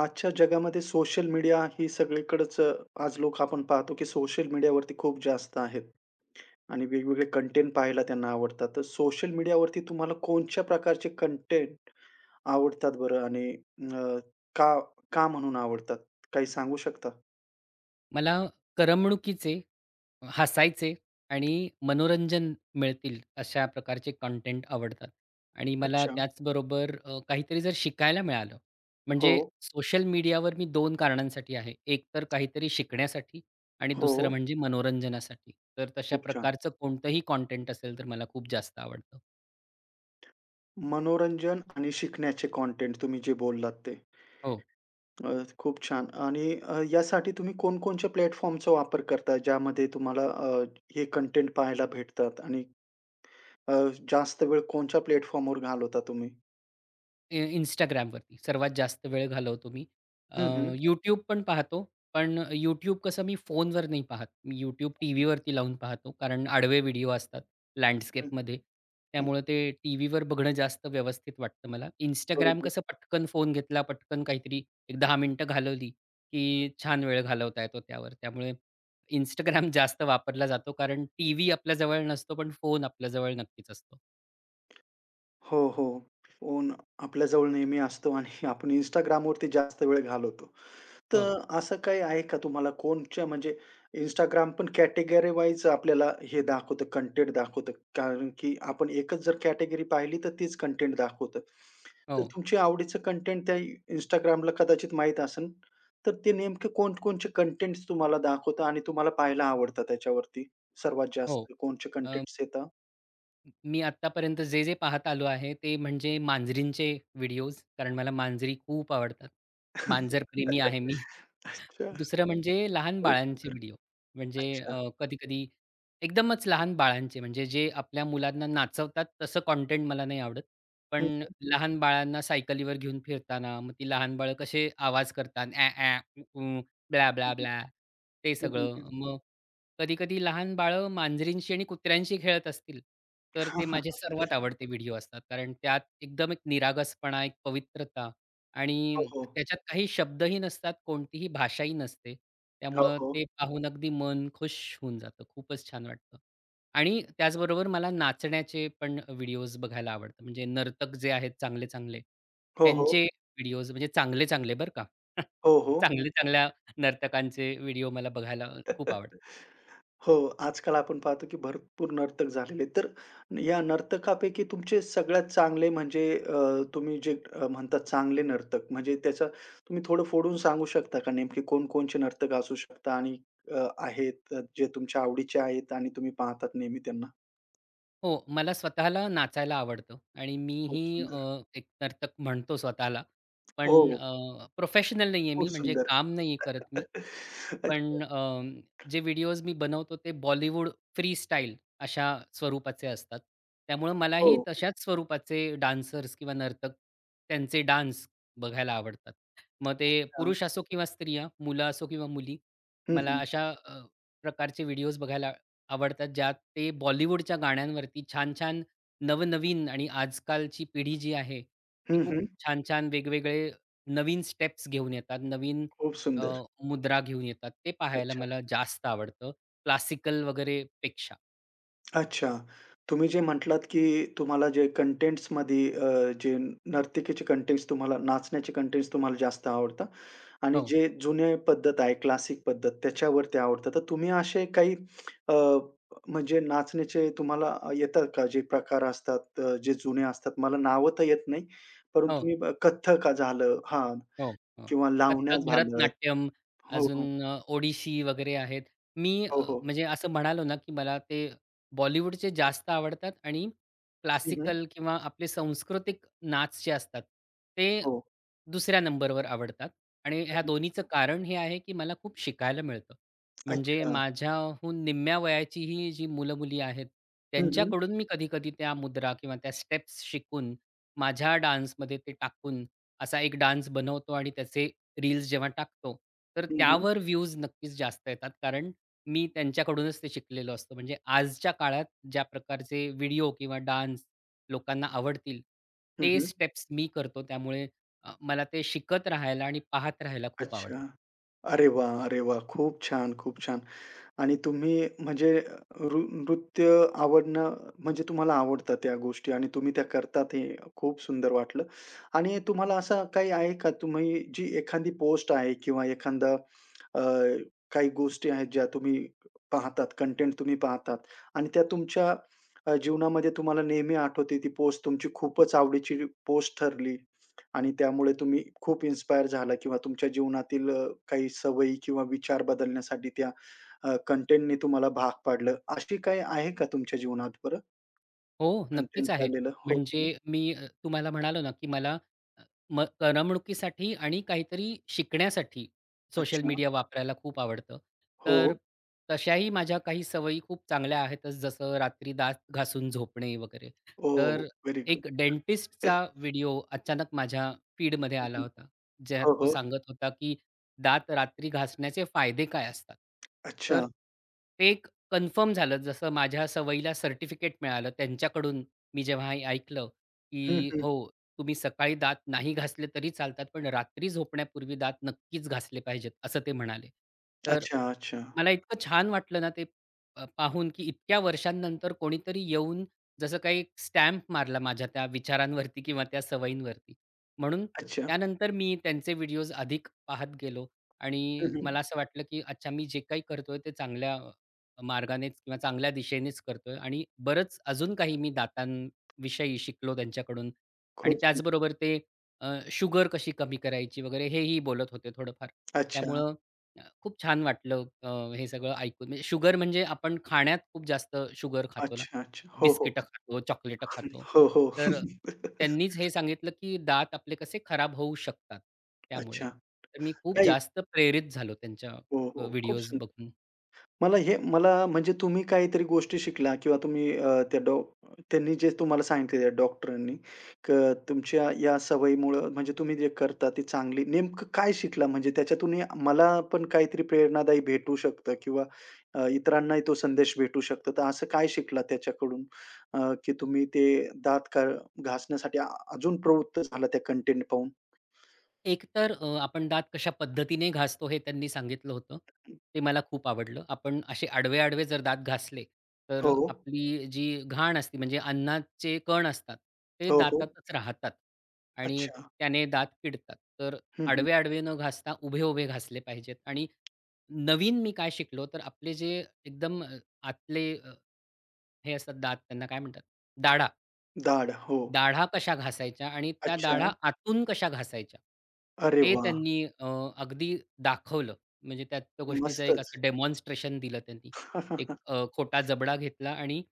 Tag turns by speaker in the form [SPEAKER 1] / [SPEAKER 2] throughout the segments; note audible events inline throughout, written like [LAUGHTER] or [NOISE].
[SPEAKER 1] आजच्या जगामध्ये social media ही सगळीकडेच आज लोक आपण पाहतो की सोशल मीडियावरती खूप जास्त आहेत आणि वेगवेगळे कंटेंट पाहायला त्यांना आवडतात. तर सोशल मीडियावरती तुम्हाला कोणत्या प्रकारचे कंटेंट आवडतात बरं आणि अ, का का म्हणून आवडतात? काही सांगू शकता?
[SPEAKER 2] मला करमणुकीचे, हसायचे आणि मनोरंजन मिळतील अशा प्रकारचे कंटेंट आवडतात आणि मला
[SPEAKER 1] अच्छा.
[SPEAKER 2] त्याचबरोबर काहीतरी जर शिकायला मिळालं,
[SPEAKER 1] हो,
[SPEAKER 2] म्हणजे सोशल मीडियावर मी 2 कारणांसाठी आहे. एक तर काहीतरी शिकण्यासाठी आणि
[SPEAKER 1] हो.
[SPEAKER 2] दुसरं म्हणजे मनोरंजनासाठी. तर तशा
[SPEAKER 1] खूप छान.
[SPEAKER 2] प्रकारचं कोणतंही कंटेंट असेल तर मला खूप जास्त आवडतं.
[SPEAKER 1] मनोरंजन आणि शिकण्याचे कंटेंट तुम्ही जे बोललात ते.
[SPEAKER 2] हो.
[SPEAKER 1] खूप छान आणि यासाठी तुम्ही कोणकोणच्या प्लॅटफॉर्मचा वापर करता ज्यामध्ये तुम्हाला हे कंटेंट पाहायला भेटतात आणि अ, जास्त वेळ कोणत्या प्लॅटफॉर्मवर घालवता तुम्ही?
[SPEAKER 2] Instagramवरती सर्वात जास्त वेळ घालवतो मी.
[SPEAKER 1] हं,
[SPEAKER 2] अच्छा.
[SPEAKER 1] हं.
[SPEAKER 2] YouTube पण पाहतो, पण YouTube कसं मी फोनवर नाही पाहत. मी YouTube टीव्हीवरती लावून पाहतो, कारण आडवे व्हिडिओ असतात
[SPEAKER 1] हं,
[SPEAKER 2] लँडस्केपमध्ये.
[SPEAKER 1] हं.
[SPEAKER 2] त्यामुळे ते टीव्हीवर बघणं जास्त व्यवस्थित वाटतं मला. Instagram
[SPEAKER 1] बरोबर.
[SPEAKER 2] कसं पटकन फोन घेतला, पटकन काहीतरी एक 10 मिनिटं घालवली, की छान वेळ घालवता येतो त्यावर. त्यामुळे Instagram [LAUGHS] जास्त वापरला जातो, कारण टीव्ही आपल्याजवळ नसतो, पण फोन आपल्याजवळ नक्कीच असतो.
[SPEAKER 1] हो, हो. फोन आपल्या जवळ नेहमी असतो आणि आपण Instagramवरती जास्त वेळ घालवतो.
[SPEAKER 2] हो,
[SPEAKER 1] तर असं काही आहे का तुम्हाला कोणच्या म्हणजे Instagram पण कॅटेगरी वाईज आपल्याला हे दाखवतं, कंटेंट दाखवतं. कारण की आपण एकच जर कॅटेगरी पाहिली तर तीच कंटेंट दाखवतं. तर
[SPEAKER 2] हो,
[SPEAKER 1] तुमच्या आवडीचं कंटेंट त्या Instagramला कदाचित माहीत असेल, तर ते नेमके कोणकोणचे कंटेंट्स तुम्हाला दाखवतं आणि तुम्हाला पाहायला आवडतं त्याच्यावरती सर्वात
[SPEAKER 2] हो.
[SPEAKER 1] जास्त कोणचे कंटेंट्स येतात?
[SPEAKER 2] मी आत्तापर्यंत जे पाहत आलो आहे, ते म्हणजे मांजरींचे व्हिडिओज कारण मला मांजरी खूप आवडतात. मांजर
[SPEAKER 1] [LAUGHS]
[SPEAKER 2] प्रेमी आहे मी.
[SPEAKER 1] अच्छा.
[SPEAKER 2] दुसरं म्हणजे लहान
[SPEAKER 1] खूप
[SPEAKER 2] बाळांचे
[SPEAKER 1] सुंदर.
[SPEAKER 2] व्हिडिओ. म्हणजे
[SPEAKER 1] अच्छा.
[SPEAKER 2] कधी-कधी एकदमच लहान बाळांचे म्हणजे जे आपल्या मुलांना नाचवतात तसं कंटेंट मला नाही आवडत. पण
[SPEAKER 1] हं, हं.
[SPEAKER 2] लहान बाळांना सायकलीवर घेऊन फिरताना मग ती लहान बाळं कसे आवाज करतात "ॲ ॲ, उ उ, ब्ला
[SPEAKER 1] हं,
[SPEAKER 2] ब्ला
[SPEAKER 1] हं.
[SPEAKER 2] ब्ला" ते
[SPEAKER 1] हं,
[SPEAKER 2] सगळं.
[SPEAKER 1] हं.
[SPEAKER 2] मग कधी-कधी लहान बाळं मांजरींशी आणि कुत्र्यांशी खेळत असतील, तर
[SPEAKER 1] हां,
[SPEAKER 2] ते
[SPEAKER 1] हां.
[SPEAKER 2] माझे सर्वात आवडते व्हिडिओ असतात. कारण त्यात एकदम एक निरागसपणा, एक पवित्रता आणि
[SPEAKER 1] हो, हो.
[SPEAKER 2] त्याच्यात काही शब्दही नसतात, कोणतीही भाषाही नसते.
[SPEAKER 1] हो,
[SPEAKER 2] त्यामुळं
[SPEAKER 1] हो.
[SPEAKER 2] ते पाहून अगदी मन खुश होऊन जातं. खूपच छान वाटतं. आणि त्याचबरोबर मला नाचण्याचे पण व्हिडिओज बघायला आवडतात. म्हणजे नर्तक जे आहेत चांगले-चांगले,
[SPEAKER 1] हो, हो.
[SPEAKER 2] त्यांचे व्हिडिओज म्हणजे चांगले-चांगले बरं का. [LAUGHS]
[SPEAKER 1] हो, हो.
[SPEAKER 2] चांगल्या-चांगल्या नर्तकांचे व्हिडिओ मला बघायला खूप आवडतात.
[SPEAKER 1] [LAUGHS] हो, आजकाल आपण पाहतो की भरपूर नर्तक झालेले आहेत. तर या नर्तकापैकी तुमचे सगळ्यात चांगले म्हणजे तुम्ही जे म्हणतात चांगले नर्तक म्हणजे त्याचा तुम्ही थोडं फोडून सांगू शकता का नेमके कोण-कोणचे नर्तक असू शकता आणि आहेत जे तुमच्या आवडीचे आहेत आणि तुम्ही पाहतात नेहमी त्यांना?
[SPEAKER 2] हो, मला स्वतःला नाचायला आवडतं आणि
[SPEAKER 1] खूप
[SPEAKER 2] मीही
[SPEAKER 1] सुंदर.
[SPEAKER 2] एक नर्तक म्हणतो स्वतःला.
[SPEAKER 1] हो,
[SPEAKER 2] पण
[SPEAKER 1] हो.
[SPEAKER 2] प्रोफेशनल नाही आहे
[SPEAKER 1] खूप
[SPEAKER 2] मी, म्हणजे
[SPEAKER 1] सुंदर.
[SPEAKER 2] काम नाही करत मी.
[SPEAKER 1] [LAUGHS] अच्छा.
[SPEAKER 2] पण जे व्हिडिओज मी बनवतो ते बॉलिवूड फ्रीस्टाईल अशा स्वरूपाचे असतात. त्यामुळं
[SPEAKER 1] हो.
[SPEAKER 2] मलाही तशाच स्वरूपाचे डान्सर्स किंवा नर्तक त्यांचे डान्स बघायला आवडतात. मग ते
[SPEAKER 1] अच्छा.
[SPEAKER 2] पुरुष असो किंवा स्त्रिया, मुलं असो किंवा मुली,
[SPEAKER 1] हं,
[SPEAKER 2] मला
[SPEAKER 1] हं.
[SPEAKER 2] अशा प्रकारचे व्हिडिओज बघायला आवडतात, ज्यात ते बॉलिवूडच्या गाण्यांवरती छान-छान नवनवीन आणि आजकालची पिढी जी आहे, ती
[SPEAKER 1] हं,
[SPEAKER 2] खूप
[SPEAKER 1] हं.
[SPEAKER 2] छान-छान वेगवेगळे नवीन स्टेप्स घेऊन येतात, नवीन
[SPEAKER 1] खूप
[SPEAKER 2] अ,
[SPEAKER 1] सुंदर.
[SPEAKER 2] मुद्रा घेऊन येतात. ते पाहायला
[SPEAKER 1] अच्छा.
[SPEAKER 2] मला जास्त आवडतं, क्लासिकल वगैरे पेक्षा.
[SPEAKER 1] अच्छा. तुम्ही जे म्हटलात, की तुम्हाला जे कंटेंट्समध्ये जे नर्तिकेचे कंटेंट्स तुम्हाला नाचण्याचे कंटेंट्स तुम्हाला जास्त आवडतात आणि
[SPEAKER 2] हो,
[SPEAKER 1] जे जुने पद्धत आहे, क्लासिक पद्धत त्याच्यावरती आवडतात. तर तुम्ही असे काही अ, म्हणजे नाचण्याचे तुम्हाला येतात का? जे प्रकार असतात जे जुने असतात. मला नावं तर येत नाही, परंतु
[SPEAKER 2] हो.
[SPEAKER 1] मी कथ्थक झालं हां
[SPEAKER 2] हो, हो.
[SPEAKER 1] किंवा लावण्या
[SPEAKER 2] कथ्थक,
[SPEAKER 1] झालं.
[SPEAKER 2] भरतनाट्यम
[SPEAKER 1] हो,
[SPEAKER 2] अजून
[SPEAKER 1] हो.
[SPEAKER 2] अ, ओडिशी वगैरे आहेत. मी
[SPEAKER 1] हो,
[SPEAKER 2] अ,
[SPEAKER 1] हो.
[SPEAKER 2] म्हणजे असं म्हणालो ना, की मला ते बॉलिवूडचे जास्त आवडतात आणि
[SPEAKER 1] हं, हं.
[SPEAKER 2] क्लासिकल किंवा आपले सांस्कृतिक नाच जे असतात, ते
[SPEAKER 1] हो.
[SPEAKER 2] दुसऱ्या नंबरवर आवडतात. आणि ह्या
[SPEAKER 1] हं,
[SPEAKER 2] दोन्हीचं कारण हे आहे, की मला खूप शिकायला मिळतं. म्हणजे
[SPEAKER 1] अच्छा.
[SPEAKER 2] माझ्याहून निम्म्या वयाची ही जी मुलं-मुली आहेत,
[SPEAKER 1] हं, हं.
[SPEAKER 2] त्यांच्याकडून मी कधी-कधी त्या मुद्रा किंवा त्या स्टेप्स शिकून, माझ्या डान्समध्ये ते टाकून असा एक डान्स बनवतो आणि त्याचे रील्स जेव्हा टाकतो, तर
[SPEAKER 1] हं, हं.
[SPEAKER 2] त्यावर व्ह्यूज नक्कीच जास्त येतात. कारण मी त्यांच्याकडूनच ते शिकलेलो असतो. म्हणजे आजच्या काळात ज्या प्रकारचे व्हिडिओ किंवा डान्स लोकांना आवडतील, ते
[SPEAKER 1] हं,
[SPEAKER 2] स्टेप्स मी करतो. त्यामुळे मला ते शिकत राहायला आणि पाहत राहायला खूप आवडतं.
[SPEAKER 1] अच्छा. अरे वा, अरे वा, खूप छान, खूप छान. आणि तुम्ही म्हणजे नृत्य आवडणं म्हणजे तुम्हाला आवडतात त्या गोष्टी आणि तुम्ही त्या करतात हे खूप सुंदर वाटलं. आणि तुम्हाला असा काही आहे का तुम्ही जी एखादी पोस्ट आहे किंवा एखादा अ, काही गोष्टी आहेत ज्या तुम्ही पाहतात, कंटेंट तुम्ही पाहतात आणि त्या तुमच्या जीवनामध्ये तुम्हाला नेहमी आठवते ती पोस्ट तुमची खूपच आवडीची पोस्ट ठरली आणि त्यामुळे तुम्ही खूप इन्स्पायर झाला किंवा तुमच्या जीवनातील काही सवयी किंवा विचार बदलण्यासाठी त्या कंटेंटनी तुम्हाला भाग पाडलं. अशी काही आहे का तुमच्या जीवनात बरं?
[SPEAKER 2] हो,
[SPEAKER 1] कंटेंट
[SPEAKER 2] नक्कीच आहे.
[SPEAKER 1] पाहिलेलं? हो,
[SPEAKER 2] म्हणजे
[SPEAKER 1] हो.
[SPEAKER 2] मी तुम्हाला म्हणालो ना, की मला अ, म करमणुकीसाठी आणि काहीतरी शिकण्यासाठी सोशल
[SPEAKER 1] अच्छा.
[SPEAKER 2] मीडिया वापरायला खूप आवडतं.
[SPEAKER 1] हो.
[SPEAKER 2] तर तशाही माझ्या काही सवयी खूप चांगल्या आहेतच, जसं रात्री दात घासून झोपणे वगैरे.
[SPEAKER 1] ओह!
[SPEAKER 2] तर
[SPEAKER 1] व्हेरी गुड.
[SPEAKER 2] एक
[SPEAKER 1] येस.
[SPEAKER 2] डेंटिस्टचा व्हिडिओ अचानक माझ्या फीडमध्ये
[SPEAKER 1] हं,
[SPEAKER 2] आला
[SPEAKER 1] हं.
[SPEAKER 2] होता. ज्यात
[SPEAKER 1] हो,
[SPEAKER 2] तो
[SPEAKER 1] हो.
[SPEAKER 2] सांगत होता, की दात रात्री घासण्याचे फायदे काय असतात?
[SPEAKER 1] अच्छा.
[SPEAKER 2] तर ते कन्फर्म झालं, जसं माझ्या सवयीला सर्टिफिकेट मिळालं त्यांच्याकडून मी जेव्हा हे ऐकलं,
[SPEAKER 1] हं,
[SPEAKER 2] की
[SPEAKER 1] हं.
[SPEAKER 2] "हो, तुम्ही सकाळी दात नाही घासले तरी चालतात, पण रात्री झोपण्यापूर्वी दात नक्कीच घासले पाहिजेत," असं ते म्हणाले. तर
[SPEAKER 1] अच्छा, अच्छा,
[SPEAKER 2] मला इतकं छान वाटलं ना ते पाहून, की इतक्या वर्षांनंतर कोणीतरी येऊन जसं काही स्टॅम्प मारला माझ्या त्या विचारांवरती किंवा त्या सवयींवरती. म्हणून
[SPEAKER 1] अच्छा.
[SPEAKER 2] त्यानंतर मी त्यांचे व्हिडिओज अधिक पाहत गेलो आणि
[SPEAKER 1] हं, हं.
[SPEAKER 2] मला असं वाटलं, की अच्छा मी जे काही करतोय ते चांगल्या मार्गानेच किंवा चांगल्या दिशेनेच करतोय आणि बरंच अजून काही मी दातांविषयी शिकलो त्यांच्याकडून आणि
[SPEAKER 1] खूप सुंदर.
[SPEAKER 2] त्याचबरोबर ते शुगर कशी कमी करायची वगैरे हेही बोलत होते थोडंफार.
[SPEAKER 1] अच्छा,
[SPEAKER 2] त्यामुळं खूप छान वाटलं हे सगळं ऐकून. म्हणजे शुगर म्हणजे आपण खाण्यात खूप जास्त शुगर खातो ना.
[SPEAKER 1] अच्छा, अच्छा. हो, हो.
[SPEAKER 2] बिस्किटं खातो, चॉकलेटं
[SPEAKER 1] [LAUGHS]
[SPEAKER 2] खातो.
[SPEAKER 1] हो, हो.
[SPEAKER 2] तर त्यांनीच हे सांगितलं, की दात आपले कसे खराब होऊ शकतात त्यामुळे.
[SPEAKER 1] अच्छा.
[SPEAKER 2] तर मी खूप
[SPEAKER 1] नाही.
[SPEAKER 2] जास्त प्रेरित झालो त्यांच्या
[SPEAKER 1] हो, हो. खूप
[SPEAKER 2] व्हिडिओज
[SPEAKER 1] सुंदर.
[SPEAKER 2] बघून.
[SPEAKER 1] मला हे म्हणजे तुम्ही काहीतरी गोष्टी शिकला किंवा तुम्ही अ, त्या डॉ त्यांनी जे तुम्हाला सांगितले त्या डॉक्टरांनी, क तुमच्या या सवयीमुळं म्हणजे तुम्ही जे करता ती चांगली नेमकं काय शिकला? म्हणजे त्याच्यातून मला पण काहीतरी प्रेरणादायी भेटू शकतं किंवा इतरांनाही तो संदेश भेटू शकतो. तर असं काय शिकला त्याच्याकडून की तुम्ही ते दात घा घासण्यासाठी अजून प्रवृत्त झाला त्या कंटेंट पाहून?
[SPEAKER 2] एकतर आपण दात कशा पद्धतीने घासतो हे त्यांनी सांगितलं होतं. ते मला खूप आवडलं. आपण असे आडवे-आडवे जर दात घासले, तर
[SPEAKER 1] हो, हो.
[SPEAKER 2] आपली जी घाण असते म्हणजे अन्नाचे कण असतात, ते
[SPEAKER 1] हो, हो.
[SPEAKER 2] दातातच राहतात आणि
[SPEAKER 1] अच्छा.
[SPEAKER 2] त्याने दात किडतात. तर
[SPEAKER 1] हं, हं.
[SPEAKER 2] आडवे-आडवे न घासता उभे-उभे घासले पाहिजेत आणि नवीन मी काय शिकलो, तर आपले जे एकदम आतले हे असतात दात त्यांना काय म्हणतात? दाढा.
[SPEAKER 1] दाढ. हो.
[SPEAKER 2] दाढा कशा घासायच्या आणि त्या
[SPEAKER 1] अच्छा.
[SPEAKER 2] दाढा आतून कशा घासायच्या,
[SPEAKER 1] अरे
[SPEAKER 2] ते
[SPEAKER 1] वाह!
[SPEAKER 2] त्यांनी अगदी दाखवलं. म्हणजे त्या त्या गोष्टीचं एक
[SPEAKER 1] मस्तच.
[SPEAKER 2] असं डेमॉन्स्ट्रेशन दिलं त्यांनी. एक
[SPEAKER 1] [LAUGHS]
[SPEAKER 2] अ, खोटा जबडा घेतला आणि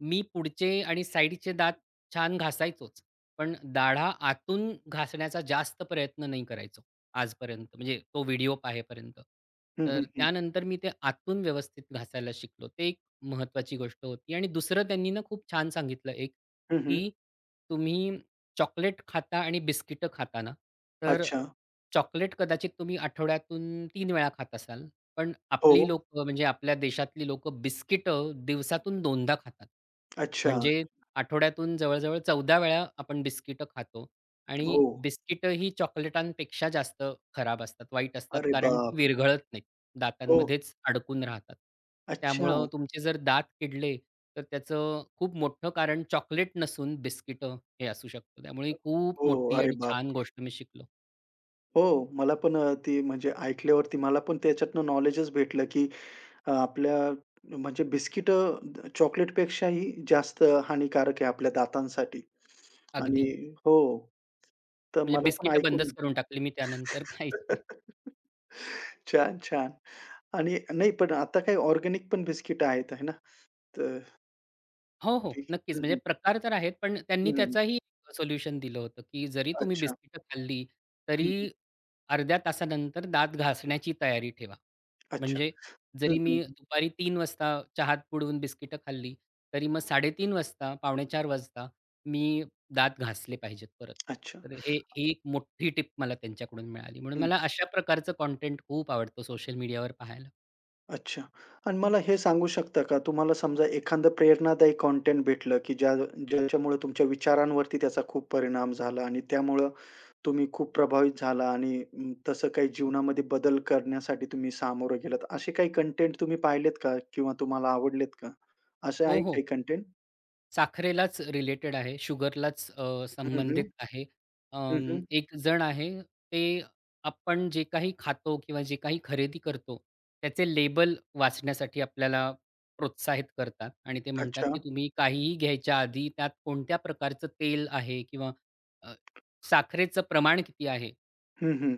[SPEAKER 2] मी पुढचे आणि साइडचे दात छान घासायचोच. पण दाढा आतून घासण्याचा जास्त प्रयत्न नाही करायचो आजपर्यंत, म्हणजे तो व्हिडिओ पाहेपर्यंत.
[SPEAKER 1] हं, हं,
[SPEAKER 2] तर
[SPEAKER 1] हं.
[SPEAKER 2] त्यानंतर मी ते आतून व्यवस्थित घासायला शिकलो. ते एक महत्त्वाची गोष्ट होती आणि दुसरं त्यांनी ना खूप छान सांगितलं एक
[SPEAKER 1] हं, हं.
[SPEAKER 2] की तुम्ही चॉकलेट खाता आणि बिस्किटं खाता ना, तर
[SPEAKER 1] अच्छा.
[SPEAKER 2] चॉकलेट कदाचित तुम्ही आठवड्यातून 3 वेळा खात असाल. पण
[SPEAKER 1] हो.
[SPEAKER 2] आपली लोकं म्हणजे आपल्या देशातली लोकं बिस्किटं दिवसातून 2दा खातात.
[SPEAKER 1] अच्छा.
[SPEAKER 2] म्हणजे आठवड्यातून जवळ-जवळ 14 वेळा आपण बिस्किटं खातो आणि
[SPEAKER 1] हो.
[SPEAKER 2] बिस्किटं ही चॉकलेटांपेक्षा जास्त खराब असतात, वाईट असतात
[SPEAKER 1] अरे
[SPEAKER 2] कारण ती
[SPEAKER 1] बाप!
[SPEAKER 2] विरघळत नाहीत.
[SPEAKER 1] हो.
[SPEAKER 2] दातांमध्येच अडकून राहतात.
[SPEAKER 1] अच्छा.
[SPEAKER 2] त्यामुळं तुमचे जर दात किडले, तर त्याचं खूप मोठं कारण चॉकलेट नसून बिस्किटं हे असू शकतं. त्यामुळे ही खूप
[SPEAKER 1] हो.
[SPEAKER 2] मोठी
[SPEAKER 1] अरे
[SPEAKER 2] आणि छान
[SPEAKER 1] बापरे!
[SPEAKER 2] गोष्ट मी शिकलो.
[SPEAKER 1] हो. मला पण ती म्हणजे ऐकल्यावरती मला पण त्याच्यातनं नॉलेजच भेटलं, की आपल्या म्हणजे बिस्किटं चॉकलेटपेक्षाही जास्त हानिकारक आहे आपल्या दातांसाठी. आणि
[SPEAKER 2] अगदी.
[SPEAKER 1] हो. तर
[SPEAKER 2] म्हणजे
[SPEAKER 1] मला पण
[SPEAKER 2] बिस्किटं
[SPEAKER 1] ऐकून
[SPEAKER 2] बंदच करून टाकली मी त्यानंतर [LAUGHS] खायची.
[SPEAKER 1] [LAUGHS] छान, छान. आणि नाही पण आता काही ऑर्गॅनिक पण बिस्किटं आहेत, आहे ना? तर
[SPEAKER 2] हो, हो.
[SPEAKER 1] ते
[SPEAKER 2] नक्कीच.
[SPEAKER 1] हं,
[SPEAKER 2] म्हणजे
[SPEAKER 1] हं.
[SPEAKER 2] प्रकार तर आहेत, पण त्यांनी
[SPEAKER 1] हं, हं.
[SPEAKER 2] त्याचाही सोल्युशन दिलं होतं, की जरी तुम्ही
[SPEAKER 1] अच्छा.
[SPEAKER 2] बिस्किटं खाल्ली,
[SPEAKER 1] हं, हं.
[SPEAKER 2] तरी अर्ध्या तासानंतर दात घासण्याची तयारी ठेवा.
[SPEAKER 1] अच्छा.
[SPEAKER 2] म्हणजे
[SPEAKER 1] हं,
[SPEAKER 2] जरी
[SPEAKER 1] हं.
[SPEAKER 2] मी दुपारी 3 वाजता चहात बुडवून बिस्किटं खाल्ली, तरी मग 3:30 वाजता, 3:45 वाजता मी दात घासले पाहिजेत परत.
[SPEAKER 1] अच्छा.
[SPEAKER 2] तर हे ही एक मोठी टिप मला त्यांच्याकडून मिळाली. म्हणून
[SPEAKER 1] हं.
[SPEAKER 2] मला अशा प्रकारचं कंटेंट खूप आवडतं सोशल मीडियावर पाहायला.
[SPEAKER 1] अच्छा. आणि मला हे सांगू शकता का, तुम्हाला समजा एखादं प्रेरणादायी कंटेंट भेटलं, की ज्याच्यामुळे तुमच्या विचारांवरती त्याचा खूप परिणाम झाला आणि त्यामुळं तुम्ही खूप प्रभावित झाला आणि तसं काही जीवनामध्ये बदल करण्यासाठी तुम्ही सामोरं गेलात. असे काही कंटेंट तुम्ही पाहिलेत का? किंवा तुम्हाला आवडलेत का? असे
[SPEAKER 2] हो,
[SPEAKER 1] आहे काही
[SPEAKER 2] हो.
[SPEAKER 1] कंटेंट?
[SPEAKER 2] साखरेलाच रिलेटेड आहे, शुगरलाच
[SPEAKER 1] हं,
[SPEAKER 2] संबंधित
[SPEAKER 1] हं.
[SPEAKER 2] आहे.
[SPEAKER 1] हं,
[SPEAKER 2] अं,
[SPEAKER 1] हं.
[SPEAKER 2] एक जण आहे, ते आपण जे काही खातो किंवा जे काही खरेदी करतो, त्याचे लेबल वाचण्यासाठी आपल्याला प्रोत्साहित करतात आणि ते म्हणतात,
[SPEAKER 1] अच्छा.
[SPEAKER 2] की तुम्ही काहीही घ्यायच्या आधी त्यात कोणत्या प्रकारचं तेल आहे किंवा अ, साखरेचं प्रमाण किती आहे,
[SPEAKER 1] हं, हं.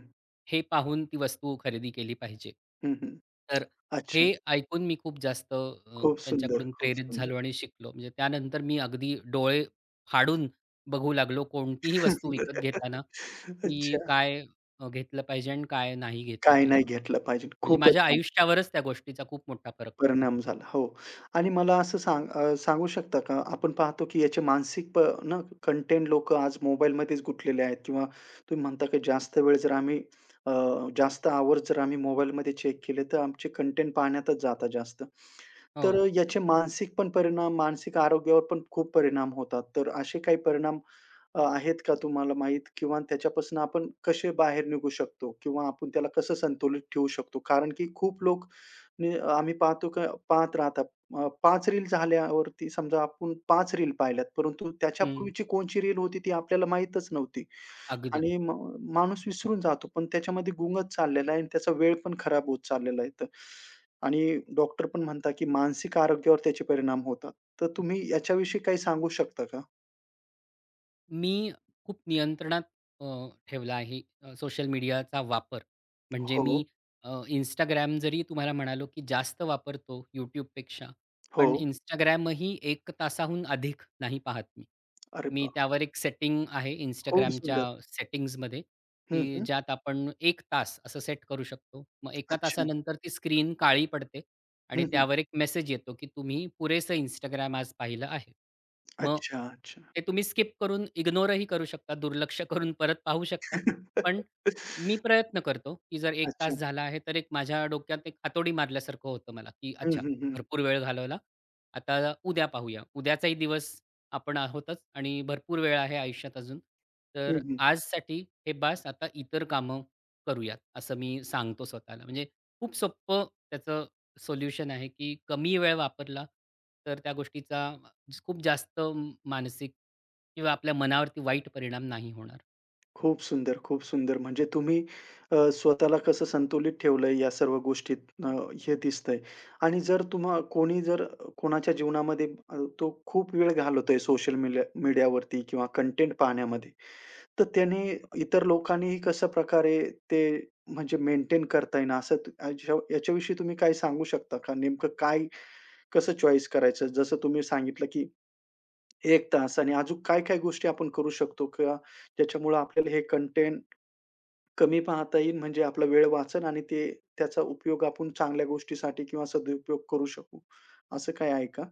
[SPEAKER 2] हे पाहून ती वस्तू खरेदी केली पाहिजे.
[SPEAKER 1] हं, हं.
[SPEAKER 2] तर हे
[SPEAKER 1] अच्छा.
[SPEAKER 2] ऐकून मी खूप जास्त
[SPEAKER 1] खूप सुंदर,
[SPEAKER 2] त्यांच्याकडून
[SPEAKER 1] खूप
[SPEAKER 2] प्रेरित
[SPEAKER 1] सुंदर.
[SPEAKER 2] झालो आणि शिकलो. म्हणजे त्यानंतर मी अगदी डोळे फाडून बघू लागलो कोणतीही वस्तू विकत
[SPEAKER 1] [LAUGHS]
[SPEAKER 2] घेताना, की
[SPEAKER 1] अच्छा.
[SPEAKER 2] काय घेतलं पाहिजे आणि काय नाही घेतलं
[SPEAKER 1] काय
[SPEAKER 2] पाहिजे.
[SPEAKER 1] नाही घेतलं पाहिजे.
[SPEAKER 2] म्हणजे
[SPEAKER 1] खूपच
[SPEAKER 2] माझ्या
[SPEAKER 1] छान.
[SPEAKER 2] आयुष्यावरच त्या गोष्टीचा खूप मोठा फरक पडला.
[SPEAKER 1] परिणाम झाला. हो. आणि मला असं सांगू शकता का? आपण पाहतो की याचे मानसिक प ना कंटेंट लोकं आज मोबाईलमध्येच गुंतलेले आहेत किंवा तुम्ही म्हणता की जास्त वेळ जर आम्ही अ, जास्त आवर्स जर आम्ही मोबाईलमध्ये चेक केले, तर आमचे कंटेंट पाहण्यातच जातात जास्त.
[SPEAKER 2] हो.
[SPEAKER 1] तर याचे मानसिक पण परिणाम, मानसिक आरोग्यावर पण खूप परिणाम होतात. तर असे काही परिणाम आहेत का तुम्हाला माहीत? किंवा त्याच्यापासून आपण कसे बाहेर निघू शकतो? किंवा आपण त्याला कसं संतुलित ठेवू शकतो? कारण की खूप लोक आणि आम्ही पाहतो का पाहत राहतात. 5 रील झाल्यावरती समजा आपण 5 रील पाहिल्यात, परंतु
[SPEAKER 2] हं.
[SPEAKER 1] त्याच्यापूर्वीची कोणची रील होती ती आपल्याला माहीतच नव्हती
[SPEAKER 2] अगदी.
[SPEAKER 1] आणि माणूस विसरून जातो. पण त्याच्यामध्ये गुंगच चाललेला आहे आणि त्याचा वेळ पण खराब होत चाललेला आहे. तर आणि डॉक्टर पण म्हणतात, की मानसिक आरोग्यावर त्याचे परिणाम होतात. तर तुम्ही याच्याविषयी काही सांगू शकता का?
[SPEAKER 2] मी खूप नियंत्रणात अ, ठेवला आहे सोशल मीडियाचा वापर. म्हणजे
[SPEAKER 1] हो,
[SPEAKER 2] मी अ, Instagram जरी तुम्हाला म्हणालो, की जास्त वापरतो YouTubeपेक्षा,
[SPEAKER 1] हो.
[SPEAKER 2] पण Instagramही 1 तासाहून अधिक नाही पाहत मी.
[SPEAKER 1] अरे
[SPEAKER 2] मी
[SPEAKER 1] वाह!
[SPEAKER 2] त्यावर एक सेटिंग आहे
[SPEAKER 1] खूप
[SPEAKER 2] Instagramच्या
[SPEAKER 1] सुंदर.
[SPEAKER 2] सेटिंग्जमध्ये,
[SPEAKER 1] हं,
[SPEAKER 2] की
[SPEAKER 1] हं.
[SPEAKER 2] ज्यात आपण 1 तास असं सेट करू शकतो. मग एका
[SPEAKER 1] अच्छा.
[SPEAKER 2] तासानंतर ती स्क्रीन काळी पडते
[SPEAKER 1] हं,
[SPEAKER 2] आणि
[SPEAKER 1] हं.
[SPEAKER 2] त्यावर एक मेसेज येतो, की तुम्ही पुरेसं इंस्टाग्राम आज पाहिलं आहे. मग
[SPEAKER 1] अच्छा, अच्छा.
[SPEAKER 2] ते तुम्ही स्किप करून इग्नोरही करू शकता, दुर्लक्ष करून परत पाहू शकता. पण
[SPEAKER 1] [LAUGHS]
[SPEAKER 2] मी प्रयत्न करतो, की जर एक
[SPEAKER 1] अच्छा.
[SPEAKER 2] तास झाला आहे, तर एक माझ्या डोक्यात एक हातोडी मारल्यासारखं होतं मला, की
[SPEAKER 1] हं,
[SPEAKER 2] अच्छा
[SPEAKER 1] हं, हं.
[SPEAKER 2] भरपूर वेळ घालवला. आता उद्या पाहूया. उद्याचाही दिवस आपण आहोतच आणि भरपूर वेळ आहे आयुष्यात अजून. तर
[SPEAKER 1] हं,
[SPEAKER 2] आजसाठी हे बास, आता इतर कामं करूयात, असं मी सांगतो स्वतःला. म्हणजे खूप सोप्पं त्याचं सोल्युशन आहे, की कमी वेळ वापरला, तर त्या गोष्टीचा खूप जास्त मानसिक किंवा आपल्या मनावरती वाईट परिणाम नाही होणार.
[SPEAKER 1] खूप सुंदर, खूप सुंदर. म्हणजे तुम्ही स्वतःला कसं संतुलित ठेवलंय या सर्व गोष्टीत अ, हे दिसतंय. आणि जर तुम्हा कोणी जर कोणाच्या जीवनामध्ये तो खूप वेळ घालवतोय सोशल मीडियावरती किंवा कंटेंट पाहण्यामध्ये, तर त्याने इतर लोकांनीही कशा प्रकारे ते म्हणजे मेंटेन करता येईन असं याच्या याच्याविषयी तुम्ही काय सांगू शकता का? नेमकं काय कसं चॉईस करायचं? जसं तुम्ही सांगितलं, की 1 तास आणि अजून काय-काय गोष्टी आपण करू शकतो किंवा ज्याच्यामुळं आपल्याला हे कंटेंट कमी पाहता येईल म्हणजे आपला वेळ वाचेल आणि ते त्याचा उपयोग आपण चांगल्या गोष्टीसाठी किंवा सदुपयोग करू शकू. असं काही आहे का?